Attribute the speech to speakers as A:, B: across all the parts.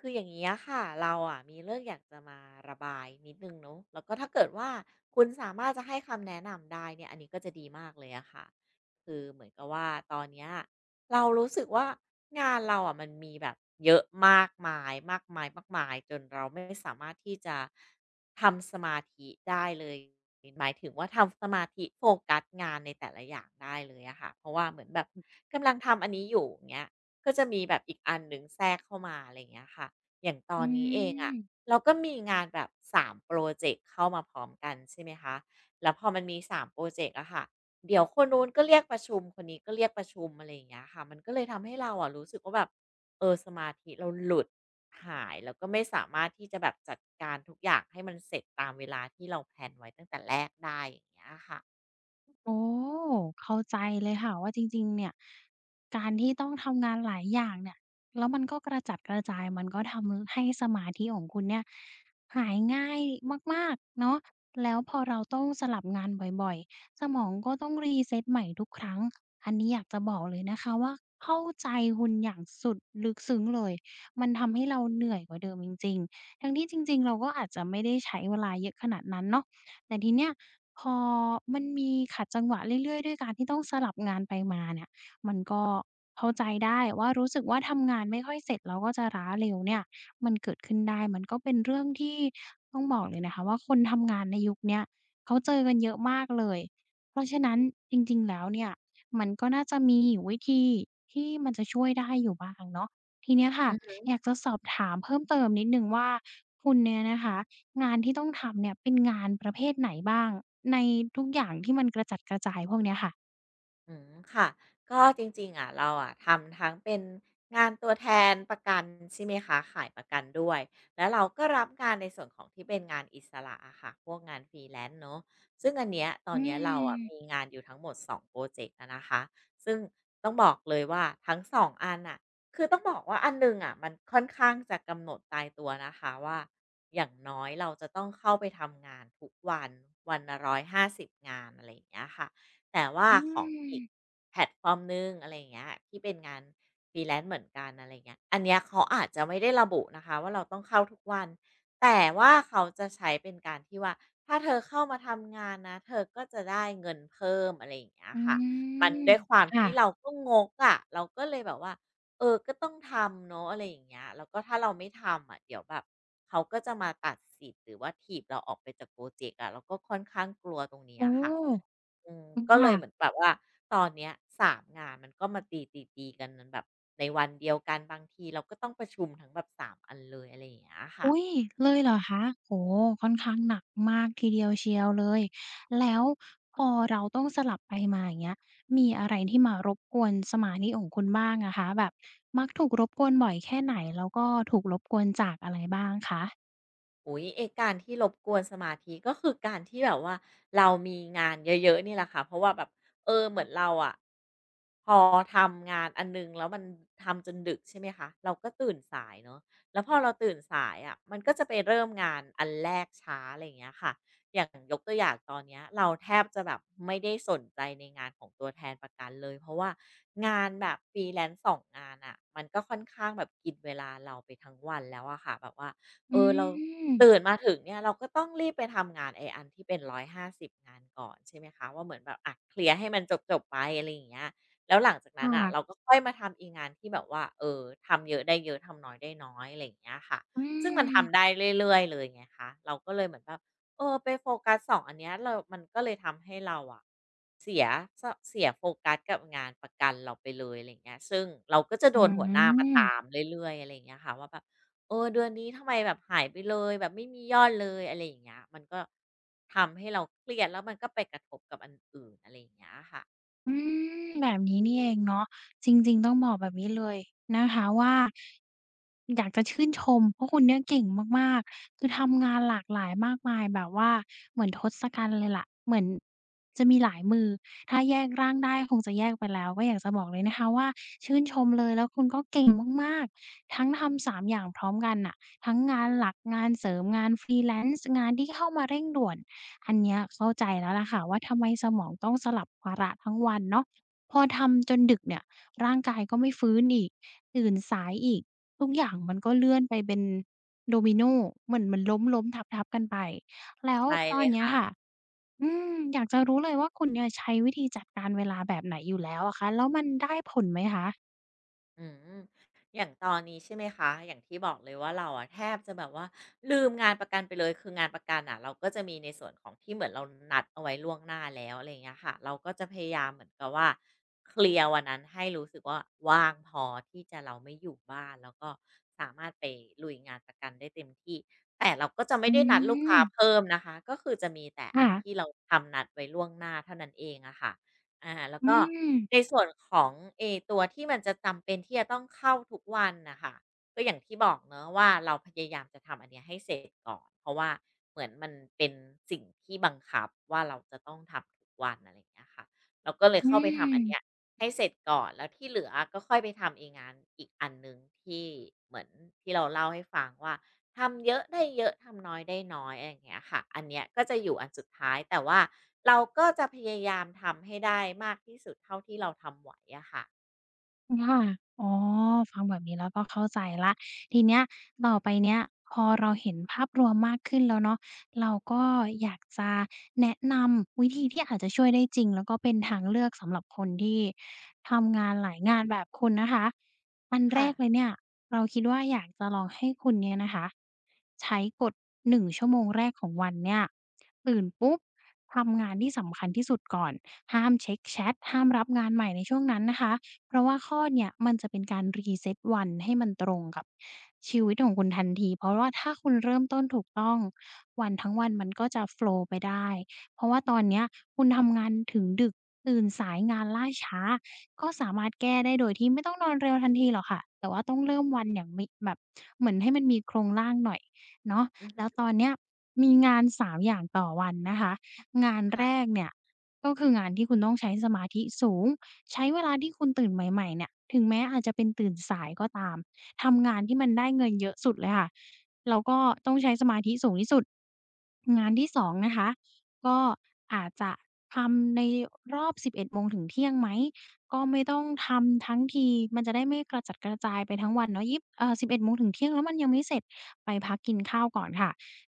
A: คืออย่างนี้อะค่ะเราอะมีเรื่องอยากจะมาระบายนิดนึงเนาะแล้วก็ถ้าเกิดว่าคุณสามารถจะให้คำแนะนำได้เนี่ยอันนี้ก็จะดีมากเลยอะค่ะคือเหมือนกับว่าตอนเนี้ยเรารู้สึกว่างานเราอะมันมีแบบเยอะมากมายมากมายมากมายจนเราไม่สามารถที่จะทำสมาธิได้เลยหมายถึงว่าทำสมาธิโฟกัสงานในแต่ละอย่างได้เลยอะค่ะเพราะว่าเหมือนแบบกำลังทำอันนี้อยู่เงี้ย ก็จะมีแบบอีกอันหนึ่งแทรกเข้ามาอะไรอย่างเงี้ยค่ะอย่างตอ
B: อื
A: น
B: ม
A: นี้เอง
B: อื
A: อะ
B: ม
A: เราก็มีงานแบบสาโพรอเจกต์เข้ามาพร้อมกันใช่ไหมคะ แล้วพอมันมีสาโพรอเจกต์อะค่ะ เดี๋ยวคนนู้นก็เรียกประชุมคนนี้ก็เรียกประชุมอะไรอย่างเงี้ยค่ะมันก็เลยทำให้เราอะรู้สึกว่าแบบอสมาธิเราหลุดหายแล้วก็ไม่สามารถที่จะแบบจัดการทุกอย่างให้มันเสร็จตามเวลาที่เราแพลนไว้ตั้งแต่แรกได้อย่างเงี้ยค่ะ
B: โอ้เข้าใจเลยค่ะว่าจริงๆเนี่ยการที่ต้องทำงานหลายอย่างเนี่ยแล้วมันก็กระจัดกระจายมันก็ทำให้สมาธิของคุณเนี่ยหายง่ายมากๆเนาะแล้วพอเราต้องสลับงานบ่อยๆสมองก็ต้อง reset ใหม่ทุกครั้งอันนี้อยากจะบอกเลยนะคะว่าเข้าใจคุณอย่างสุดลึกซึ้งเลยมันทำให้เราเหนื่อยกว่าเดิมจริงๆทั้งที่จริงๆเราก็อาจจะไม่ได้ใช้เวลาเยอะขนาดนั้นเนาะ แต่ทีเนี้ยพอมันมีขัดจังหวะเรื่อยๆด้วยการที่ต้องสลับงานไปมาเนี่ยมันก็เข้าใจได้ว่ารู้สึกว่าทำงานไม่ค่อยเสร็จแล้วก็จะล้าเร็วเนี่ยมันเกิดขึ้นได้มันก็เป็นเรื่องที่ต้องบอกเลยนะคะว่าคนทำงานในยุคเนี้ยเขาเจอกันเยอะมากเลยเพราะฉะนั้นจริงๆแล้วเนี่ยมันก็น่าจะมีอยู่วิธีที่มันจะช่วยได้อยู่บ้างเนาะทีเนี้ยค่ะอยากจะสอบถามเพิ่มเติมนิดหนึ่งว่าคุณเนี่ยนะคะ งานที่ต้องทำเนี่ยเป็นงานประเภทไหนบ้างในค่ะ
A: อืมค่ะก็จริงๆอะเราอะทำทั้งเป็นงานตัวแทนประกันใช่ไหมคะขายประกันด้วยแล้วเราก็รับงานในส่วนของที่เป็นงานอิสระอะค่ะพวกงานฟรีแลนซ์เนาะซึ่งอันเนี้ยตอ
B: อื
A: นเนี้ยเราอะมี
B: ม
A: งานอยู่ทั้งหมดสองโปรเจกต์อะนะคะซึ่งต้องบอกเลยว่าทั้งสองอันอ่ะคือต้องบอกว่าอันหนึ่งอะมันค่อนข้างจะกำหนดตายตัวนะคะว่าอย่างน้อยเราจะต้องเข้าไปทำงานทุกวันวันละร้อยห้าสิบงานอะไรอย่างเงี้ยค่ะ แต่ว่า
B: อื
A: ของอีก
B: ม
A: แพลตฟอร์มหนึ่งอะไรอย่างเงี้ยที่เป็นงานฟร e แลน n ์เหมือนกันอะไรเงี้ยอันเนี้ยเขาอาจจะไม่ได้ระบุนะคะว่าเราต้องเข้าทุกวันแต่ว่าเขาจะใช้เป็นการที่ว่าถ้าเธอเข้ามาทำงานนะเธอก็จะได้เงินเพิ่มอะไรอย่างเงี้ย
B: อื
A: ค่ะมัน
B: ม
A: ด้วยความที่เรา
B: ค่ะ
A: ก็งกอะะเราก็เลยแบบว่าอก็ต้องทำเนาะอะไรอย่างเงี้ยแล้วก็ถ้าเราไม่ทำอะเดี๋ยวแบบเขาก็จะมาตัดสิทธิ์หรือว่าถีบเราออกไปจากโปรเจกต์อะเราก็ค่อนข้างกลัวตรงเนี้
B: โอ้
A: ยค่ะ อืม
B: อือ
A: ก็เล
B: ค่ะ
A: ยเหมือนแบบว่าตอนเนี้ย3งานมันก็มาตีกันมันแบบในวันเดียวกันบางทีเราก็ต้องประชุมทั้งแบบ3อันเลยอะไรอย่างเงี้ยค่ะ
B: อุ๊ยเลยเหรอคะโอ้โฮค่อนข้างหนักมากทีเดียวเชียวเลยแล้วพอเราต้องสลับไปมาอย่างเงี้ยมีอะไรที่มารบกวนสมาธิของคุณบ้างอะคะแบบมักถูกรบกวนบ่อยแค่ไหนแล้วก็ถูกรบกวนจากอะไรบ้างคะ
A: อุ๊ยไอการที่รบกวนสมาธิก็คือการที่แบบว่าเรามีงานเยอะๆนี่แหละค่ะเพราะว่าแบบอเหมือนเราอะพอทำงานอันหนึ่งแล้วมันทำจนดึกใช่ไหมคะเราก็ตื่นสายเนาะแล้วพอเราตื่นสายอะมันก็จะไปเริ่มงานอันแรกช้าอะไรอย่างเงี้ยค่ะอย่างยกตัวอย่างตอนเนี้ยเราแทบจะแบบไม่ได้สนใจในงานของตัวแทนประกันเลยเพราะว่างานแบบ freelance สองงานน่ะมันก็ค่อนข้างแบบกินเวลาเราไปทั้งวันแล้วอะค่ะแบบว่า
B: อื
A: อเรา
B: ม
A: ตื่นมาถึงเนี่ยเราก็ต้องรีบไปทำงานไออันที่เป็นร้อยห้าสิบงานก่อนใช่ไหมคะว่าเหมือนแบบอะเคลียร์ให้มันจบจบไปอะไรอย่างเงี้ยแล้วหลังจากนั้นอ่ะเรา
B: ค่ะ
A: ก็ค่อยมาทำอีกงานที่แบบว่าอทำเยอะได้เยอะทำน้อยได้น้อยอะไรอย่างเงี้ยค่ะ
B: อื
A: ซึ่งมันทำได้
B: ม
A: เรื่อยๆเลยไงคะเราก็เลยเหมือนแบบอไปโฟกัส2องอันเนี้ยเรามันก็เลยทำให้เราอะ เสียสเสียโฟกัสกับงานประกันเราไปเลยอะไรอย่างเงี้ยซึ่งเราก็จะ
B: อื
A: โดนหัวหน้ามาตาม
B: ม
A: เรื่อยๆอะไรอย่างเงี้ยค่ะว่าแบบอเดือนนี้ทำไมแบบหายไปเลยแบบไม่มียอดเลยอะไรอย่างเงี้ยมันก็ทำให้เราเครียดแล้วมันก็ไปกระทบกับอันอื่นอะไรอย่างเงี้ยค่ะ
B: อืมแบบนี้นี่เองเนาะจริงๆต้องบอกแบบนี้เลยนะคะว่าอยากจะชื่นชมเพราะคุณเนี่ยเก่งมากๆคือทำงานหลากหลายมากมายแบบว่าเหมือนทศกัณฐ์เลยล่ะเหมือนจะมีหลายมือถ้าแยกร่างได้คงจะแยกไปแล้วก็อยากจะบอกเลยนะคะว่า เก่งมากๆ ทั้งทำ3อย่างพร้อมกันน่ะทั้งงานหลักงานเสริมงาน freelance งานที่เข้ามาเร่งด่วนอันเนี้ยเข้าใจแล้วล่ะค่ะว่าทำไมสมองต้องสลับวาระทั้งวันเนาะพอทำจนดึกเนี่ยร่างกายก็ไม่ฟื้นอีกตื่นสายอีกทุกอย่างมันก็เลื่อนไปเป็นโดมิโนเหมือนมันล้มๆทับๆกันไปแล้ว
A: ใช่
B: ตอ
A: เล
B: น
A: ย
B: เนี้ยค่ะ
A: ค่ะ
B: อืมอยากจะรู้เลยว่าคุณเนี่ยใช้วิธีจัดการเวลาแบบไหนอยู่แล้วอะคะแล้วมันได้ผลไหมคะ
A: อืมอย่างตอนนี้ใช่ไหมคะ อย่างที่บอกเลยว่าเราอะแทบจะแบบว่าลืมงานประกันไปเลยคืองานประกันอะเราก็จะมีในส่วนของที่เหมือนเรานัดเอาไว้ล่วงหน้าแล้วอะไรอย่างเงี้ยค่ะเราก็จะพยายามเหมือนกับว่าเคลียร์วันนั้นให้รู้สึกว่าว่างพอที่จะเราไม่อยู่บ้านแล้วก็สามารถไปลุยงานประกันได้เต็มที่แต่เราก็จะไม่
B: อื
A: ได้นัดลูก
B: ม
A: ค้าเพิ่มนะคะ ก็คือจะมีแต่อันที่
B: ค่ะ
A: เราทำนัดไว้ล่วงหน้าเท่านั้นเองอะค่ะ อ่าแล้ว
B: อื
A: ก็
B: ม
A: ในส่วนของเอ้ตัวที่มันจะจำเป็นที่จะต้องเข้าทุกวันนะคะก็อย่างที่บอกเนอะว่าเราพยายามจะทำอันเนี้ยให้เสร็จก่อนเพราะว่าเหมือนมันเป็นสิ่งที่บังคับว่าเราจะต้องทำทุกวันอะไรอย่างเงี้ยค่ะเราก็เลย
B: อื
A: เข้าไปทำอันเนี้ย
B: ม
A: ให้เสร็จก่อนแล้วที่เหลือก็ค่อยไปทำออกงานอีกอันหนึ่งที่เหมือนที่เราเล่าให้ฟังว่า ทำเยอะได้เยอะทำน้อยได้น้อยอะไรอย่างเงี้ยค่ะอันเนี้ยก็จะอยู่อันสุดท้ายแต่ว่าเราก็จะพยายามทำให้ได้มากที่สุดเท่าที่เราทำไหวอะค่ะ
B: ค่ะอ๋อฟังแบบนี้แล้วก็เข้าใจแล้วทีเนี้ยต่อไปเนี้ยพอเราเห็นภาพรวมมากขึ้นแล้วเนาะเราก็อยากจะแนะนำวิธีที่อาจจะช่วยได้จริงแล้วก็เป็นทางเลือกสำหรับคนที่ทำงานหลายงานแบบคุณนะคะอันแร
A: ค่ะ
B: กเลยเนี่ยเราคิดว่าอยากจะลองให้คุณเนี่ยนะคะใช้กฎ1 ชั่วโมงแรกของวันเนี่ยตื่นปุ๊บทำงานที่สำคัญที่สุดก่อนห้ามเช็กแชตห้ามรับงานใหม่ในช่วงนั้นนะคะ เพราะว่าข้อเนี่ยมันจะเป็นการ reset วันให้มันตรงกับชีวิตของคุณทันทีเพราะว่าถ้าคุณเริ่มต้นถูกต้องวันทั้งวันมันก็จะโฟลว์ไปได้เพราะว่าตอนเนี้ยคุณทำงานถึงดึกตื่นสายงานล่าช้าก็สามารถแก้ได้โดยที่ไม่ต้องนอนเร็วทันทีหรอกค่ะแต่ว่าต้องเริ่มวันอย่างมีแบบเหมือนให้มันมีโครงร่างหน่อยเนาะ
A: อือฮ
B: แล้ว
A: ึ
B: ตอนเนี้ยมีงานสามอย่างต่อวันนะคะงานแรก
A: ค่ะ
B: เนี่ยก็คืองานที่คุณต้องใช้สมาธิสูง ใช้เวลาที่คุณตื่นใหม่ๆเนี่ยถึงแม้อาจจะเป็นตื่นสายก็ตามทำงานที่มันได้เงินเยอะสุดเลยค่ะแล้วก็ต้องใช้สมาธิสูงที่สุดงานที่สองนะคะก็อาจจะทำในรอบสิบเอ็ดโมงถึงเที่ยงไหมก็ไม่ต้องทำทั้งทีมันจะได้ไม่กระจัดกระจายไปทั้งวันเนาะยิบสิบเอ็ดโมงถึงเที่ยงแล้วมันยังไม่เสร็จไปพักกินข้าวก่อนค่ะ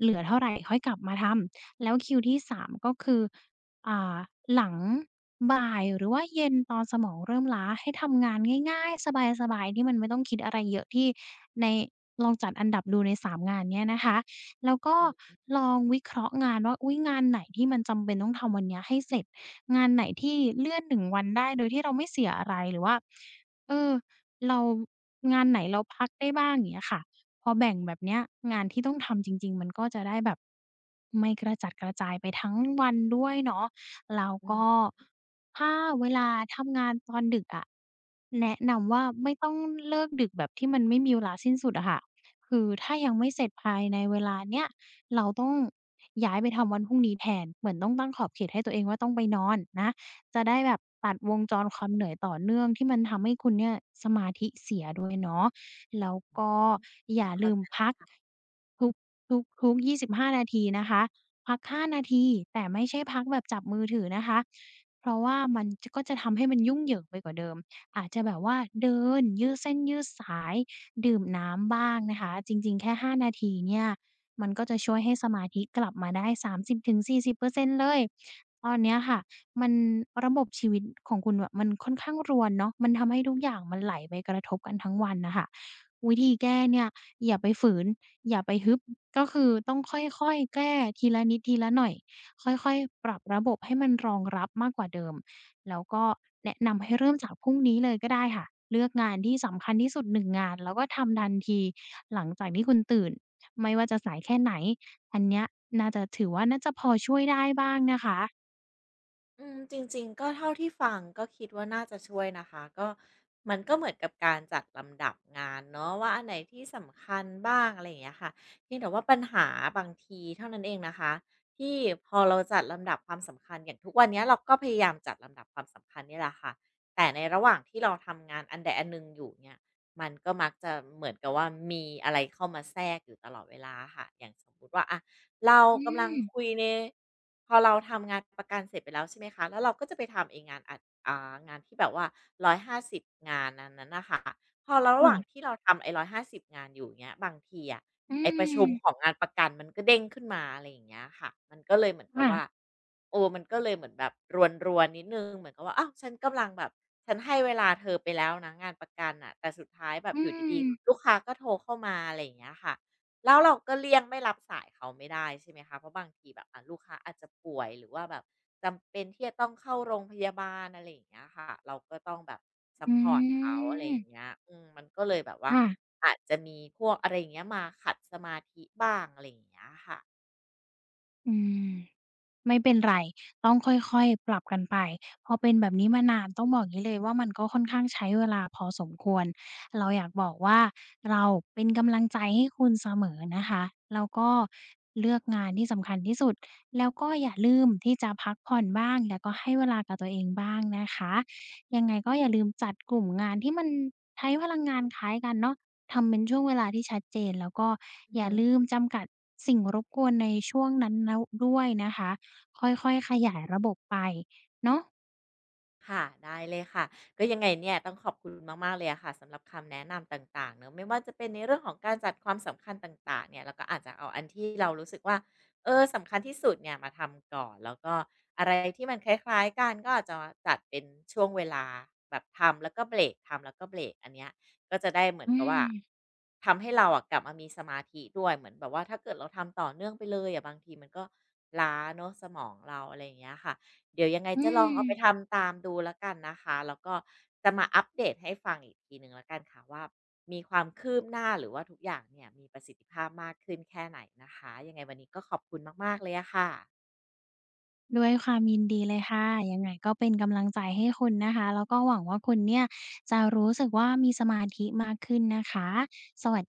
B: เหลือเท่าไรค่อยกลับมาทำแล้วคิวที่สามก็คือ อ่าหลังบ่ายหรือว่าเย็นตอนสมองเริ่มล้าให้ทำงานง่ายๆสบายๆที่มันไม่ต้องคิดอะไรเยอะที่ในลองจัดอันดับดูใน3งานเนี้ยนะคะแล้วก็
A: อืม
B: ลองวิเคราะห์งานว่าอุ๊ยงานไหนที่มันจำเป็นต้องทำวันเนี้ยให้เสร็จงานไหนที่เลื่อนหนึ่งวันได้โดยที่เราไม่เสียอะไรหรือว่าเออเรางานไหนเราพักได้บ้างอย่างเงี้ยค่ะพอแบ่งแบบเนี้ยงานที่ต้องทำจริงๆมันก็จะได้แบบไม่กระจัดกระจายไปทั้งวันด้วยเนาะ แล้ว
A: อื
B: ก็
A: ม
B: ถ้าเวลาทำงานตอนดึกอะแนะนำว่าไม่ต้องเลิกดึกแบบที่มันไม่มีเวลาสิ้นสุดอะค่ะคือถ้ายังไม่เสร็จภายในเวลาเนี้ยเราต้องย้ายไปทำวันพรุ่งนี้แทนเหมือนต้องตั้งขอบเขตให้ตัวเองว่าต้องไปนอนนะจะได้แบบตัดวงจรความเหนื่อยต่อเนื่องที่มันทำให้คุณเนี่ยสมาธิเสียด้วยเนาะแล้วก็อย่าลืม
A: เข้า
B: พักทุกทุกๆ25นาทีนะคะ พัก 5 นาที แต่ไม่ใช่พักแบบจับมือถือนะคะ เพราะว่ามันจก็จะทำให้มันยุ่งเหยิงไปกว่าเดิม อาจจะแบบว่าเดินยืดเส้นยืดสายดื่มน้ำบ้างนะคะ จริงๆแค่ 5 นาทีเนี่ย มันก็จะช่วยให้สมาธิกลับมาได้30-40%เปอร์เซ็นต์เลยตอนเนี้ยค่ะ มันระบบชีวิตของคุณอะมันค่อนข้างรวนเนาะมันทำให้ทุกอย่างมันไหลไปกระทบกันทั้งวันน่ะค่ะวิธีแก้เนี่ยอย่าไปฝืน อย่าไปฮึบก็คือต้องค่อยๆแก้ทีละนิดทีละหน่อยค่อยๆปรับระบบให้มันรองรับมากกว่าเดิมแล้วก็แนะนำให้เริ่มจากพรุ่งนี้เลยก็ได้ค่ะเลือกงานที่สำคัญที่สุด1งงานแล้วก็ทำทันทีหลังจากที่คุณตื่นไม่ว่าจะสายแค่ไหนอันเนี้ยน่าจะถือว่าน่าจะพอช่วยได้บ้างนะคะ
A: อืมจริงๆก็เท่าที่ฟังก็คิดว่าน่าจะช่วยนะคะก็มันก็เหมือนกับการจัดลำดับงานเนาะว่าอันไหนที่สำคัญบ้างอะไรอย่างเงี้ยค่ะเพียงแต่ว่าปัญหาบางทีเท่านั้นเองนะคะที่พอเราจัดลำดับความสำคัญอย่างทุกวันเนี้ยเราก็พยายามจัดลำดับความสำคัญนี่แหละค่ะแต่ในระหว่างที่เราทำงานอันใดอันหนึ่งอยู่เนี่ยมันก็มักจะเหมือนกับว่ามีอะไรเข้ามาแทรกอยู่ตลอดเวลาค่ะอย่างสมมุติว่าอะ เรา
B: อื
A: กำลัง
B: ม
A: คุยในพอเราทำงานประกันเสร็จไปแล้วใช่ไหมคะแล้วเราก็จะไปทำไอ้งานอัดงานที่แบบว่า150งานอันนั้นน่ะค่ะพอเราระหว่าง
B: ค่ะ
A: ที่เราทำไอ้150งานอยู่เนี้ยบางทีอะ
B: อื
A: ไอประชุมขอ
B: ม
A: งงานประกันมันก็เด้งขึ้นมาอะไรอย่างเงี้ยค่ะมันก็เลยเหมือนกับ
B: ค่ะ
A: ว่าโอ้มันก็เลยเหมือนแบบรวนนิดนึงเหมือนกับว่าอ้าวฉันกำลังแบบฉันให้เวลาเธอไปแล้วนะงานประกันอ่ะแต่สุดท้ายแบ
B: อื
A: บอยู่
B: ม
A: ดีๆลูกค้าก็โทรเข้ามาอะไรอย่างเงี้ยค่ะ แล้วเราก็เลี่ยงไม่รับสายเขาไม่ได้ใช่ไหมคะเพราะบางทีแบบอ่ะลูกค้าอาจจะป่วยหรือว่าแบบจำเป็นที่จะต้องเข้าโรงพยาบาลอะไรอย่างเงี้ยค่ะเราก็ต้องแบบซัพพอร์ต
B: อื
A: เขาอะไรอ
B: ม
A: ย่างเงี้ยอืมมันก็เลยแบบว่า
B: ค่ะ
A: อาจจะมีพวกอะไรอย่างเงี้ยมาขัดสมาธิบ้างอะไรอย่างเงี้ยค่ะ
B: อืม ไม่เป็นไร ต้องค่อยๆปรับกันไปพอเป็นแบบนี้มานาน ต้องบอกอย่างนี้เลยว่ามันก็ค่อนข้างใช้เวลาพอสมควรเราอยากบอกว่าเราเป็นกำลังใจให้คุณเสมอนะคะแล้วก็เลือกงานที่สำคัญที่สุด แล้วก็อย่าลืมที่จะพักผ่อนบ้างแล้วก็ให้เวลากับตัวเองบ้างนะคะยังไงก็อย่าลืมจัดกลุ่มงานที่มันใช้พลังงานคล้ายกันเนาะทำเป็นช่วงเวลาที่ชัดเจนแล้วก็
A: อือ
B: อย่า
A: ฮึ
B: ลืมจำกัดสิ่งรบกวนในช่วงนั้นแล้วด้วยนะคะ ค่อยๆขยายระบบไปเนาะ
A: ค่ะได้เลยค่ะก็ยังไงเนี่ยต้องขอบคุณมากๆเลยอะค่ะสำหรับคำแนะนำต่างๆเนอะไม่ว่าจะเป็นในเรื่องของการจัดความสำคัญต่างๆเนี่ยเราก็อาจจะเอาอันที่เรารู้สึกว่าเออสำคัญที่สุดเนี่ยมาทำก่อนแล้วก็อะไรที่มันคล้ายๆกันก็อาจจะจัดเป็นช่วงเวลาแบบทำแล้วก็เบรกทำแล้วก็เบรกอันเนี้ยก็จะได้เหมือ
B: อื
A: นกับว่า
B: ม
A: ทำให้เราอะกลับมามีสมาธิด้วยเหมือนแบบว่าถ้าเกิดเราทำต่อเนื่องไปเลยอะบางทีมันก็ล้าเนอะสมองเราอะไรอย่างเงี้ยค่ะ เดี๋ยวยังไง
B: อื
A: จะลอง
B: ม
A: เอาไปทำตามดูแล้วกันนะคะแล้วก็จะมาอัปเดตให้ฟังอีกทีหนึ่งแล้วกันค่ะว่ามีความคืบหน้าหรือว่าทุกอย่างเนี่ยมีประสิทธิภาพมากขึ้นแค่ไหนนะคะยังไงวันนี้ก็ขอบคุณมากๆเลยอะค่ะ
B: ด้วยความยินดีเลยค่ะ ยังไงก็เป็นกำลังใจให้คุณนะคะ แล้วก็หวังว่าคุณเนี่ยจะรู้สึกว่ามีสมาธิมากขึ้นนะคะสวัส